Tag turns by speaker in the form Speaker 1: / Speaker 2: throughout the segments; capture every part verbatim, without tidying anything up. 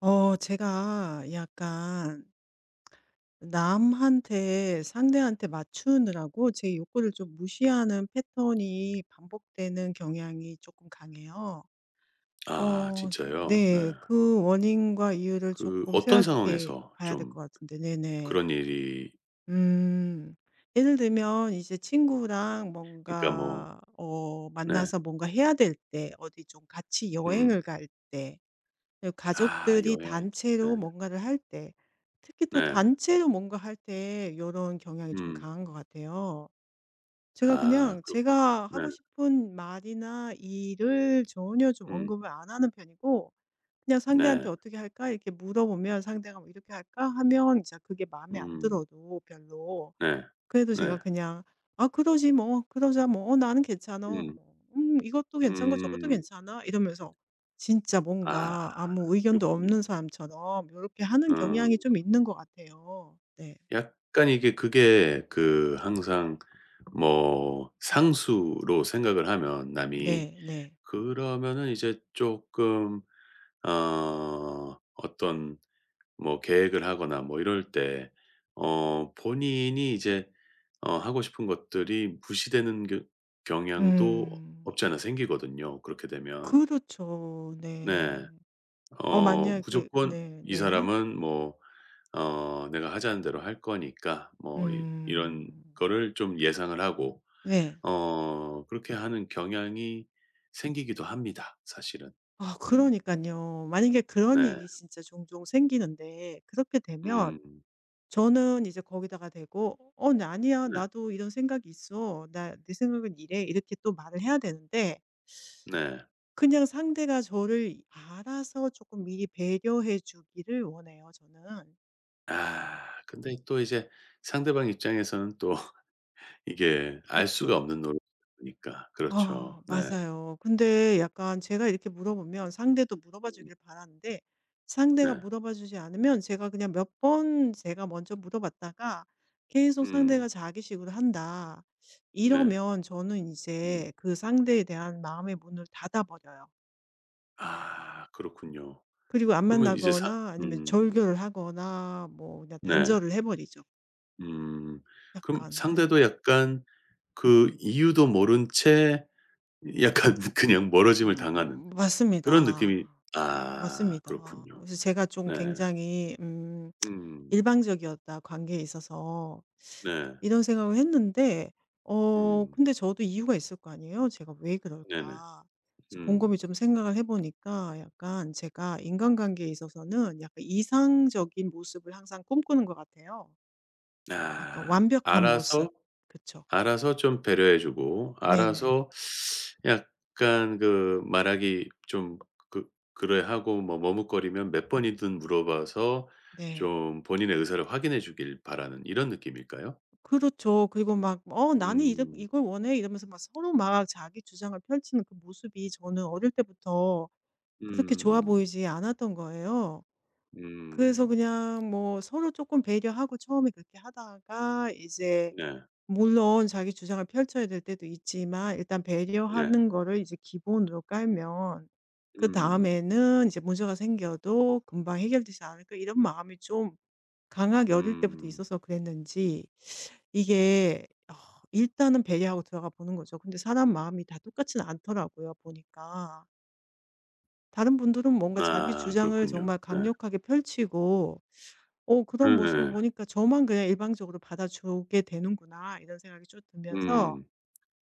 Speaker 1: 어 제가 약간 남한테 상대한테 맞추느라고 제 욕구를 좀 무시하는 패턴이 반복되는 경향이 조금 강해요.
Speaker 2: 아
Speaker 1: 어
Speaker 2: 진짜요? 네.
Speaker 1: 네. 그 원인과 이유를
Speaker 2: 그
Speaker 1: 조금
Speaker 2: 어떤
Speaker 1: 생각해
Speaker 2: 상황에서
Speaker 1: 봐야 될
Speaker 2: 좀
Speaker 1: 것 같은데 네네.
Speaker 2: 그런 일이
Speaker 1: 음. 예를 들면 이제 친구랑
Speaker 2: 그러니까 뭐
Speaker 1: 뭔가 어
Speaker 2: 네.
Speaker 1: 만나서 뭔가 해야 될 때 어디 좀 같이
Speaker 2: 음.
Speaker 1: 여행을 갈때 그
Speaker 2: 아
Speaker 1: 가족들이
Speaker 2: 여행. 네.
Speaker 1: 단체로 뭔가를 할 때, 특히 또
Speaker 2: 네.
Speaker 1: 단체로 뭔가 할 때 이런 경향이 좀
Speaker 2: 음.
Speaker 1: 강한 것 같아요. 제가
Speaker 2: 아
Speaker 1: 그냥
Speaker 2: 그렇군요.
Speaker 1: 제가
Speaker 2: 네.
Speaker 1: 하고 싶은 말이나 일을 전혀 좀
Speaker 2: 음.
Speaker 1: 언급을 안 하는 편이고, 그냥
Speaker 2: 네.
Speaker 1: 상대한테 어떻게 할까? 이렇게 물어보면 상대가 뭐 이렇게 할까? 하면 진짜 그게 마음에 안
Speaker 2: 음.
Speaker 1: 들어도 별로
Speaker 2: 네.
Speaker 1: 그래도 제가
Speaker 2: 네.
Speaker 1: 그냥 '아 그러지 뭐. 그러자 뭐. 어 나는 괜찮아.
Speaker 2: 음.
Speaker 1: 뭐 음 이것도 괜찮고 저것도
Speaker 2: 음.
Speaker 1: 괜찮아.' 이러면서 진짜
Speaker 2: 아
Speaker 1: 뭔가 아무 의견도
Speaker 2: 그렇군요.
Speaker 1: 없는 사람처럼 이렇게 하는 경향이
Speaker 2: 음.
Speaker 1: 좀 있는 것 같아요. 네.
Speaker 2: 약간 이게 그게 그 항상 뭐 상수로 생각을 하면 남이
Speaker 1: 네 네.
Speaker 2: 그러면은 이제 쪼끔 어 어떤 뭐 계획을 하거나 뭐 이럴 때 어 본인이 이제 어 하고 싶은 것들이 무시되는 겨 경향도
Speaker 1: 음.
Speaker 2: 없지 않아 생기거든요, 그렇게 되면.
Speaker 1: 그렇죠.
Speaker 2: 네.
Speaker 1: 네. 어
Speaker 2: 어
Speaker 1: 만약에
Speaker 2: 무조건
Speaker 1: 네
Speaker 2: 이
Speaker 1: 네.
Speaker 2: 사람은 뭐 어 '내가 하자는 대로 할 거니까.' 뭐 이런
Speaker 1: 음.
Speaker 2: 거를 좀 예상을 하고
Speaker 1: 네.
Speaker 2: 어 그렇게 하는 경향이 생기기도 합니다, 사실은.
Speaker 1: 아
Speaker 2: 음.
Speaker 1: 그러니깐요. 만약에 그런
Speaker 2: 네.
Speaker 1: 일이 진짜 종종 생기는데 그렇게 되면
Speaker 2: 음.
Speaker 1: 저는 이제 거기다가 대고 "어 나 아니야.
Speaker 2: 네.
Speaker 1: 나도 이런 생각이 있어. 나 내 생각은 이래." 이렇게 또 말을 해야 되는데
Speaker 2: 네.
Speaker 1: 그냥 상대가 저를 알아서 조금 미리 배려해 주기를 원해요 저는.
Speaker 2: 아 근데 또 이제 상대방 입장에서는 또 이게 알 수가
Speaker 1: 그쵸.
Speaker 2: 없는 노릇이니까,
Speaker 1: 아
Speaker 2: 그렇죠. 네.
Speaker 1: 맞아요. 근데 약간 제가 이렇게 물어보면 상대도 물어봐
Speaker 2: 음
Speaker 1: 주길 바라는데 상대가
Speaker 2: 네.
Speaker 1: 물어봐 주지 않으면 제가 그냥 몇 번 제가 먼저 물어봤다가 계속
Speaker 2: 음
Speaker 1: 상대가 자기식으로 한다.
Speaker 2: 네.
Speaker 1: 이러면 저는
Speaker 2: 음.
Speaker 1: 이제 그 상대에 대한 마음의 문을 닫아 버려요.
Speaker 2: 아 그렇군요.
Speaker 1: 그리고 안
Speaker 2: 그러면 이제 사
Speaker 1: 만나거나 아니면
Speaker 2: 음
Speaker 1: 절교를 하거나 뭐 그냥
Speaker 2: 네.
Speaker 1: 단절을 해 버리죠.
Speaker 2: 음. 그럼
Speaker 1: 약간 네.
Speaker 2: 상대도 약간 그 이유도 모른 채 약간 그냥 멀어짐을 당하는
Speaker 1: 음
Speaker 2: 그런
Speaker 1: 맞습니다.
Speaker 2: 느낌이, 아
Speaker 1: 맞습니다.
Speaker 2: 그렇군요.
Speaker 1: 그래서 제가 좀
Speaker 2: 네.
Speaker 1: 굉장히 음
Speaker 2: 음.
Speaker 1: '일방적이었다, 관계에 있어서.'
Speaker 2: 네.
Speaker 1: 이런 생각을 했는데 어
Speaker 2: 음.
Speaker 1: 근데 저도 이유가 있을 거 아니에요. 제가 '왜
Speaker 2: 네네.
Speaker 1: 그럴까?' 그래서
Speaker 2: 음.
Speaker 1: 곰곰이 좀 생각을 해 보니까 약간 제가 인간관계에 있어서는 약간 이상적인 모습을 항상 꿈꾸는 것 같아요. 약간
Speaker 2: 아
Speaker 1: 완벽한 모습.
Speaker 2: 알아서
Speaker 1: 그쵸.
Speaker 2: 알아서 좀 배려해 주고
Speaker 1: 네네.
Speaker 2: 알아서 약간 그 말하기 좀 그 그래 하고 뭐 머뭇거리면 몇 번이든 물어봐서
Speaker 1: 네.
Speaker 2: 좀 본인의 의사를 확인해 주길 바라는 이런 느낌일까요?
Speaker 1: 그렇죠. 그리고 막 "어 나는 이래
Speaker 2: 음.
Speaker 1: 이걸 원해." 이러면서 막 서로 막 자기 주장을 펼치는 그 모습이 저는 어릴 때부터 그렇게 좋아
Speaker 2: 음음.
Speaker 1: 보이지 않았던 거예요. 그래서
Speaker 2: 음.
Speaker 1: 그냥 뭐 서로 조금 배려하고 처음에 그렇게 하다가 이제
Speaker 2: 네.
Speaker 1: 물론 자기 주장을 펼쳐야 될 때도 있지만 일단
Speaker 2: 네.
Speaker 1: 배려하는 거를 이제 기본으로 깔면
Speaker 2: 음.
Speaker 1: 그다음에는 이제 문제가 생겨도 금방 해결되지 않을까 이런 마음이 좀 강하게 어릴 때부터
Speaker 2: 음.
Speaker 1: 있어서 그랬는지 이게 어 일단은 배려하고 들어가 보는 거죠. 근데 사람 마음이 다 똑같지는 않더라고요 보니까. 다른 분들은 뭔가 자기
Speaker 2: 아
Speaker 1: 주장을
Speaker 2: 그렇군요.
Speaker 1: 정말
Speaker 2: 네.
Speaker 1: 강력하게 펼치고 어
Speaker 2: 네,
Speaker 1: 그런 모습을
Speaker 2: 네,
Speaker 1: 보니까 저만 그냥 일방적으로 받아주게 되는구나 이런 생각이 쭉 들면서
Speaker 2: 음.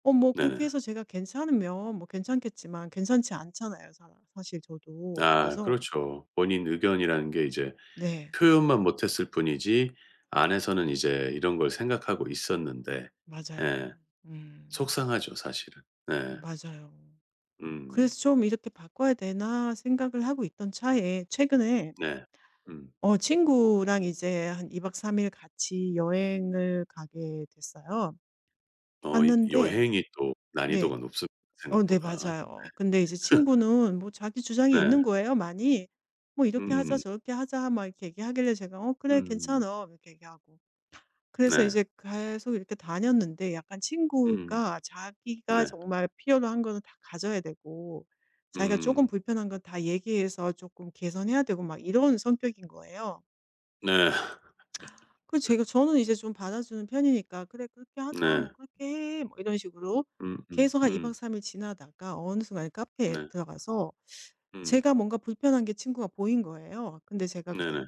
Speaker 1: 어 뭐 그렇게
Speaker 2: 네네.
Speaker 1: 해서 제가 괜찮으면 뭐 괜찮겠지만 괜찮지 않잖아요 사 사실 저도.
Speaker 2: 아
Speaker 1: 그래서
Speaker 2: 그렇죠. 본인 의견이라는 게 이제
Speaker 1: 네.
Speaker 2: 표현만 못했을 뿐이지 안에서는 이제 이런 걸 생각하고 있었는데, 예
Speaker 1: 맞아요. 음.
Speaker 2: 속상하죠 사실은. 네.
Speaker 1: 맞아요.
Speaker 2: 음.
Speaker 1: 그래서 '좀 이렇게 바꿔야 되나.' 생각을 하고 있던 차에 최근에
Speaker 2: 네. 음.
Speaker 1: 어 친구랑 이제 한 이 박 삼 일 같이 여행을 가게 됐어요.
Speaker 2: 어 이
Speaker 1: 갔는데
Speaker 2: 여행이 또 난이도가
Speaker 1: 네.
Speaker 2: 높습니다,
Speaker 1: 어 네
Speaker 2: 생각보다.
Speaker 1: 맞아요. 근데 이제 친구는 뭐 자기 주장이
Speaker 2: 네.
Speaker 1: 있는 거예요 많이. 뭐 "이렇게 하자.
Speaker 2: 음음.
Speaker 1: 저렇게 하자." 막 이렇게 얘기하길래 제가 "어 그래.
Speaker 2: 음.
Speaker 1: 괜찮아." 이렇게 얘기하고. 그래서
Speaker 2: 네.
Speaker 1: 이제 계속 이렇게 다녔는데 약간
Speaker 2: 음.
Speaker 1: 친구가 자기가
Speaker 2: 네.
Speaker 1: 정말 필요로 한 거는 다 가져야 되고 자기가 조금
Speaker 2: 음.
Speaker 1: 불편한 건 다 얘기해서 조금 개선해야 되고 막 이런 성격인 거예요.
Speaker 2: 네.
Speaker 1: 그 제가 저는 이제 좀 받아주는 편이니까 '그래 그렇게 하자.
Speaker 2: 네.
Speaker 1: 뭐 그렇게 해.' 뭐 이런 식으로
Speaker 2: 음음 음.
Speaker 1: 계속 한 이 박
Speaker 2: 음,
Speaker 1: 삼 일 지나다가 어느 순간 카페에
Speaker 2: 네.
Speaker 1: 들어가서
Speaker 2: 음.
Speaker 1: 제가 뭔가 불편한 게 친구가 보인 거예요. 근데 제가
Speaker 2: 네네.
Speaker 1: 그냥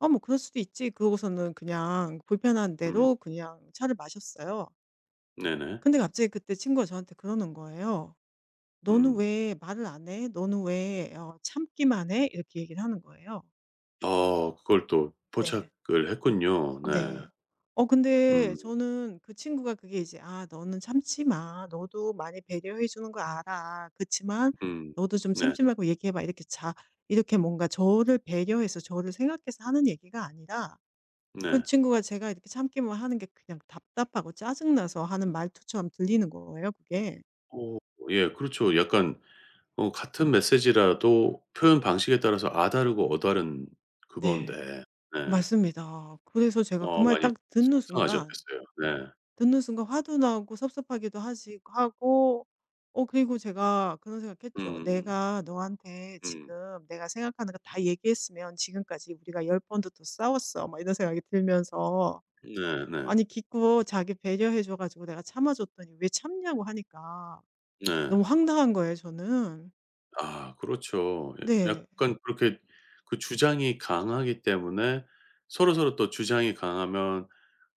Speaker 1: '어 뭐 그럴 수도 있지.' 그러고서는 그냥 불편한
Speaker 2: 음.
Speaker 1: 대로 그냥 차를 마셨어요.
Speaker 2: 네네.
Speaker 1: 근데 갑자기 그때 친구가 저한테 그러는 거예요. "너는
Speaker 2: 음.
Speaker 1: 왜 말을 안 해? 너는 왜 어 참기만 해?" 이렇게 얘기를 하는 거예요.
Speaker 2: 어 그걸 또
Speaker 1: 네.
Speaker 2: 포착을 했군요. 네.
Speaker 1: 네. 어 근데
Speaker 2: 음
Speaker 1: 저는 그 친구가 그게 이제 "아 너는 참지 마. 너도 많이 배려해 주는 거 알아. 그치만
Speaker 2: 음.
Speaker 1: 너도 좀
Speaker 2: 네.
Speaker 1: 참지 말고 얘기해 봐." 이렇게 자 이렇게 뭔가 저를 배려해서 저를 생각해서 하는 얘기가 아니라 그
Speaker 2: 네.
Speaker 1: 친구가 제가 이렇게 참기만 하는 게 그냥 답답하고 짜증 나서 하는 말투처럼 들리는 거예요 그게.
Speaker 2: 어 예, 그렇죠. 약간 어 같은 메시지라도 표현 방식에 따라서 아 다르고 어 다른
Speaker 1: 네.
Speaker 2: 그건데. 네.
Speaker 1: 맞습니다. 그래서 제가 그
Speaker 2: 어
Speaker 1: 말
Speaker 2: 많이
Speaker 1: 딱 듣는 순간
Speaker 2: 속상하셨겠어요. 네.
Speaker 1: 듣는 순간 화도 나고 섭섭하기도 하지 하고 어 그리고 제가 그런 생각했죠.
Speaker 2: 음음음.
Speaker 1: '내가 너한테 지금
Speaker 2: 음.
Speaker 1: 내가 생각하는 거 다 얘기했으면 지금까지 우리가 열 번도 더 싸웠어.' 막 이런 생각이 들면서
Speaker 2: 네네. 네.
Speaker 1: 아니 기껏 자기 배려해 줘 가지고 내가 참아 줬더니 왜 참냐고 하니까
Speaker 2: 네, 네.
Speaker 1: 너무 황당한 거예요 저는.
Speaker 2: 아 그렇죠. 예
Speaker 1: 네.
Speaker 2: 약간 그렇게 그 주장이 강하기 때문에 서로서로 또 주장이 강하면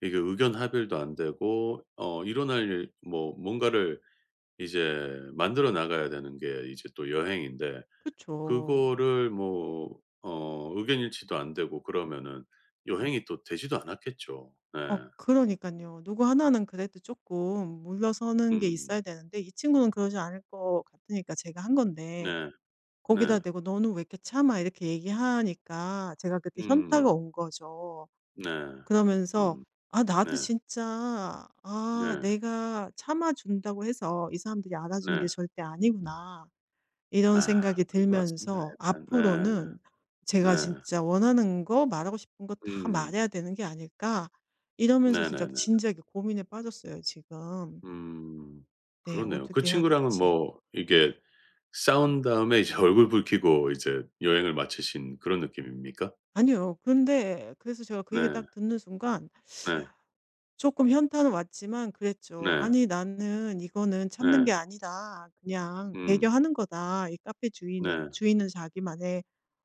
Speaker 2: 이게 의견 합일도 안 되고 어 일어날 일 뭐 뭔가를 이제 만들어 나가야 되는 게 이제 또 여행인데,
Speaker 1: 그죠
Speaker 2: 그거를 뭐 어 의견 일치도 안 되고 그러면은 여행이 또 되지도 않았겠죠. 네.
Speaker 1: 어 그러니까요 누구 하나는 그래도 조금 물러서는 게
Speaker 2: 음.
Speaker 1: 있어야 되는데 이 친구는 그러지 않을 것 같으니까 제가 한 건데
Speaker 2: 네.
Speaker 1: 거기다
Speaker 2: 네.
Speaker 1: 대고 "너는 왜 이렇게 참아?" 이렇게 얘기하니까 제가 그때 현타가
Speaker 2: 음.
Speaker 1: 온 거죠.
Speaker 2: 네.
Speaker 1: 그러면서
Speaker 2: 음.
Speaker 1: '아 나도
Speaker 2: 네.
Speaker 1: 진짜
Speaker 2: 네.
Speaker 1: 아 내가 참아 준다고 해서 이 사람들이 알아주는 게
Speaker 2: 네.
Speaker 1: 절대 아니구나.' 이런
Speaker 2: 아
Speaker 1: 생각이
Speaker 2: 그런 것 같습니다,
Speaker 1: 들면서
Speaker 2: 약간.
Speaker 1: 앞으로는
Speaker 2: 네.
Speaker 1: 제가
Speaker 2: 네.
Speaker 1: 진짜 원하는 거 말하고 싶은 거 다
Speaker 2: 음.
Speaker 1: 말해야 되는 게 아닐까 이러면서 진짜
Speaker 2: 네네네.
Speaker 1: 진지하게 고민에 빠졌어요 지금.
Speaker 2: 음.
Speaker 1: 네.
Speaker 2: 그러네요. 그
Speaker 1: 어떻게 해야
Speaker 2: 친구랑은
Speaker 1: 될지.
Speaker 2: 뭐 이게
Speaker 1: 네.
Speaker 2: 싸운 다음에 이제 얼굴 붉히고 이제 여행을 마치신 그런 느낌입니까?
Speaker 1: 아니요. 근데 그래서 제가 그 얘기
Speaker 2: 네.
Speaker 1: 딱 듣는 순간
Speaker 2: 네.
Speaker 1: 조금 현타는 왔지만 그랬죠.
Speaker 2: 네.
Speaker 1: '아니 나는 이거는 참는
Speaker 2: 네.
Speaker 1: 게 아니다. 그냥
Speaker 2: 음.
Speaker 1: 배려하는 거다. 이 카페 주인은
Speaker 2: 네.
Speaker 1: 주인은 자기만의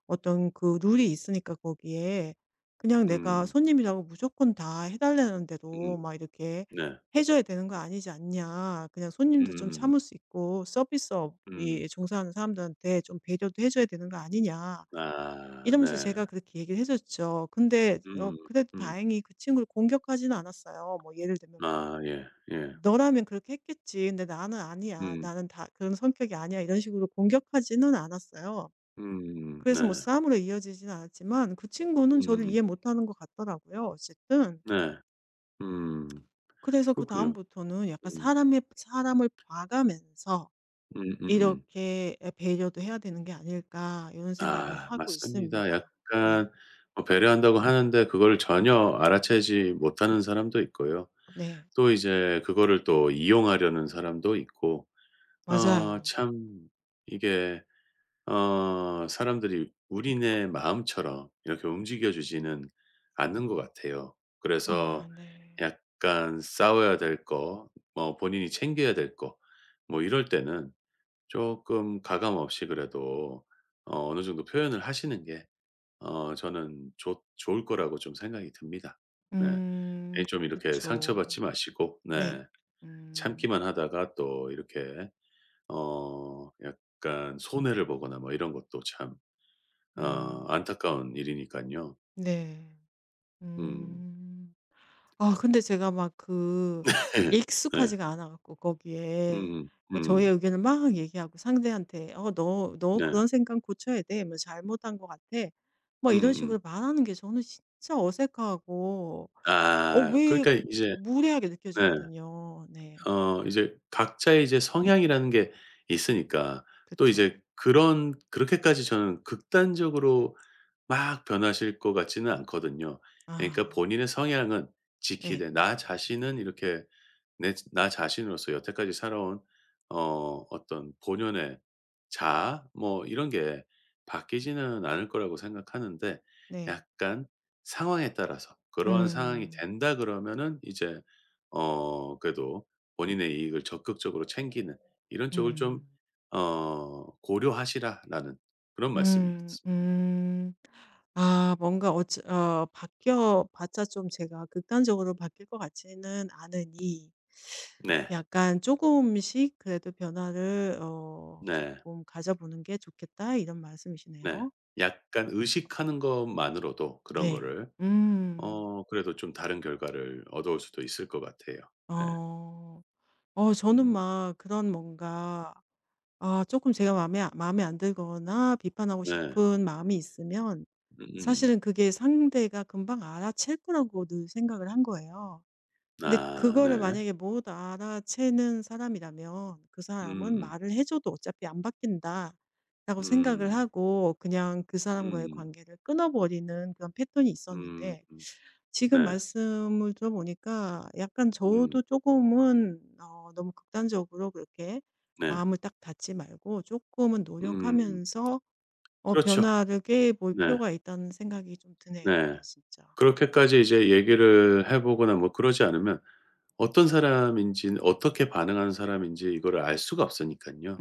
Speaker 1: 어떤 그 룰이 있으니까 거기에 그냥 내가
Speaker 2: 음.
Speaker 1: 손님이라고 무조건 다 해 달라는
Speaker 2: 음.
Speaker 1: 대로 막 이렇게
Speaker 2: 네.
Speaker 1: 해 줘야 되는 거 아니지 않냐. 그냥 손님도 좀
Speaker 2: 음.
Speaker 1: 참을 수 있고
Speaker 2: 음.
Speaker 1: 서비스업이 종사하는 사람들한테 좀 배려도 해 줘야 되는 거 아니냐.'
Speaker 2: 아
Speaker 1: 이러면서
Speaker 2: 네.
Speaker 1: 제가 그렇게 얘기를 해 줬죠. 근데 어
Speaker 2: 음.
Speaker 1: 그래도
Speaker 2: 음.
Speaker 1: 다행히 그 친구를 공격하지는 않았어요. 뭐 예를 들면 뭐
Speaker 2: 아 예. 예.
Speaker 1: "너라면 그렇게 했겠지. 근데 나는 아니야.
Speaker 2: 음.
Speaker 1: 나는 다 그런 성격이 아니야." 이런 식으로 공격하지는 않았어요.
Speaker 2: 음.
Speaker 1: 그래서 뭐
Speaker 2: 네.
Speaker 1: 싸움으로 이어지지는 않았지만 그 친구는 저를
Speaker 2: 음음.
Speaker 1: 이해 못하는 것 같더라고요 어쨌든.
Speaker 2: 네. 음.
Speaker 1: 그래서
Speaker 2: 그렇군요.
Speaker 1: 그다음부터는 약간
Speaker 2: 음.
Speaker 1: 사람의 사람을 봐가면서
Speaker 2: 음음음.
Speaker 1: '이렇게 예 배려도 해야 되는 게 아닐까.' 이런 생각을
Speaker 2: 아
Speaker 1: 하고
Speaker 2: 맞습니다.
Speaker 1: 있습니다. 네.
Speaker 2: 약간 뭐 배려한다고 하는데 그거를 전혀 알아채지 못하는 사람도 있고요.
Speaker 1: 네.
Speaker 2: 또 이제 그거를 또 이용하려는 사람도 있고 어
Speaker 1: 맞아요.
Speaker 2: 참 이게 어 사람들이 우리네 마음처럼 이렇게 움직여 주지는 않는 것 같아요.
Speaker 1: 아
Speaker 2: 그래서
Speaker 1: 네.
Speaker 2: 약간 싸워야 될 거 뭐 본인이 챙겨야 될 거 뭐 이럴 때는 조금 가감 없이 그래도 어 어느 정도 표현을 하시는 게 어 저는 좋 좋을 거라고 좀 생각이 듭니다. 네.
Speaker 1: 음
Speaker 2: 괜히 좀 이렇게 상처받지
Speaker 1: 그쵸.
Speaker 2: 마시고,
Speaker 1: 네.
Speaker 2: 네,
Speaker 1: 음.
Speaker 2: 참기만 하다가 또 이렇게 어 약간 손해를 보거나 뭐 이런 것도 참 아
Speaker 1: 음.
Speaker 2: 안타까운 일이니깐요.
Speaker 1: 네.
Speaker 2: 음.
Speaker 1: 음. 아 근데 제가 막 그
Speaker 2: 네.
Speaker 1: 익숙하지가 않아 갖고 거기에
Speaker 2: 음음. 음.
Speaker 1: 뭐 저의
Speaker 2: 음.
Speaker 1: 의견을 막 얘기하고 상대한테 "어 너 너
Speaker 2: 네.
Speaker 1: 그런 생각 고쳐야 돼. 뭐 잘못한 것 같아." 뭐 이런
Speaker 2: 음음음.
Speaker 1: 식으로 말하는 게 저는 진짜 어색하고 어
Speaker 2: 아
Speaker 1: 왜
Speaker 2: 그러니까 이제
Speaker 1: 무례하게
Speaker 2: 네.
Speaker 1: 느껴지거든요. 네.
Speaker 2: 어 이제 각자의 이제 성향이라는 게 있으니까 또
Speaker 1: 그쵸.
Speaker 2: 이제 그런 그렇게까지 저는 극단적으로 막 변하실 것 같지는 않거든요. 그러니까
Speaker 1: 아.
Speaker 2: 본인의 성향은 지키되
Speaker 1: 네.
Speaker 2: 나 자신은 이렇게 내 나 자신으로서 여태까지 살아온 어 어떤 본연의 자아 뭐 이런 게 바뀌지는 않을 거라고 생각하는데,
Speaker 1: 네.
Speaker 2: 약간 상황에 따라서 그러한 상황이
Speaker 1: 음.
Speaker 2: 된다 그러면은 이제 어 그래도 본인의 이익을 적극적으로 챙기는 이런 쪽을 좀
Speaker 1: 음.
Speaker 2: 어 고려하시라라는 그런
Speaker 1: 음.
Speaker 2: 말씀이었습.
Speaker 1: 음. 아 뭔가 어찌 어 바뀌어 봤자 좀 제가 극단적으로 바뀔 것 같지는 않으니
Speaker 2: 네.
Speaker 1: 약간 조금씩 그래도 변화를 어
Speaker 2: 네.
Speaker 1: 조금 가져보는 게 좋겠다.' 이런
Speaker 2: 네.
Speaker 1: 말씀이시네요.
Speaker 2: 약간 의식하는 것만으로도 그런
Speaker 1: 네.
Speaker 2: 거를
Speaker 1: 음.
Speaker 2: 어 그래도 좀 다른 결과를 얻어올 수도 있을 것 같아요. 네.
Speaker 1: 어. 어 저는
Speaker 2: 음.
Speaker 1: 막 그런 뭔가 아 조금 제가 마음에 마음에 안 들거나 비판하고
Speaker 2: 네.
Speaker 1: 싶은 마음이 있으면
Speaker 2: 음음.
Speaker 1: 사실은 그게 상대가 금방 알아챌 거라고 늘 생각을 한 거예요. 근데
Speaker 2: 아
Speaker 1: 그거를
Speaker 2: 네.
Speaker 1: 만약에 못 알아채는 사람이라면 그 사람은
Speaker 2: 음음.
Speaker 1: 말을 해줘도 어차피 안 바뀐다라고 생각을
Speaker 2: 음.
Speaker 1: 하고 그냥 그
Speaker 2: 음음.
Speaker 1: 사람과의
Speaker 2: 음.
Speaker 1: 관계를 끊어버리는 그런 패턴이
Speaker 2: 음,
Speaker 1: 있었는데
Speaker 2: 음. 네.
Speaker 1: 지금 말씀을 들어보니까 약간
Speaker 2: 음.
Speaker 1: 저도 조금은 어, 너무 극단적으로 그렇게
Speaker 2: 네.
Speaker 1: 마음을 딱 닫지 말고 조금은
Speaker 2: 음.
Speaker 1: 노력하면서 어
Speaker 2: 그렇죠.
Speaker 1: 변화를 꾀볼
Speaker 2: 네.
Speaker 1: 필요가 있다는 생각이 좀 드네요.
Speaker 2: 네.
Speaker 1: 네 진짜. 음.
Speaker 2: 그렇게까지 이제 얘기를 해 보거나 뭐 그러지 않으면 어떤 사람인지 어떻게 반응하는 사람인지 이거를 알 수가 없으니깐요.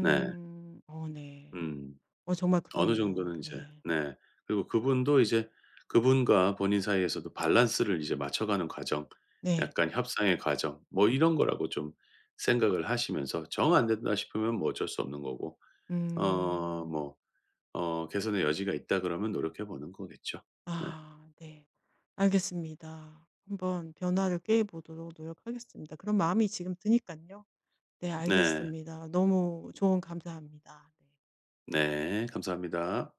Speaker 2: 네.
Speaker 1: 어 네.
Speaker 2: 음.
Speaker 1: 어 정말
Speaker 2: 어느
Speaker 1: 그렇네요.
Speaker 2: 정도는 이제
Speaker 1: 네.
Speaker 2: 네. 그리고 그분도 이제 그분과 본인 사이에서도 밸런스를 이제 맞춰가는 과정,
Speaker 1: 네.
Speaker 2: 약간 협상의 과정 뭐 이런 거라고 좀 생각을 하시면서, 정 안 된다 싶으면 뭐 어쩔 수 없는 거고 어
Speaker 1: 음.
Speaker 2: 뭐 어 개선의 여지가 있다 그러면 노력해 보는 거겠죠. 네.
Speaker 1: 아 네. 알겠습니다. 한번 변화를 꾀해 보도록 노력하겠습니다. 그런 마음이 지금 드니까요 네
Speaker 2: 네.
Speaker 1: 알겠습니다. 너무 조언 감사합니다. 네.
Speaker 2: 네. 감사합니다.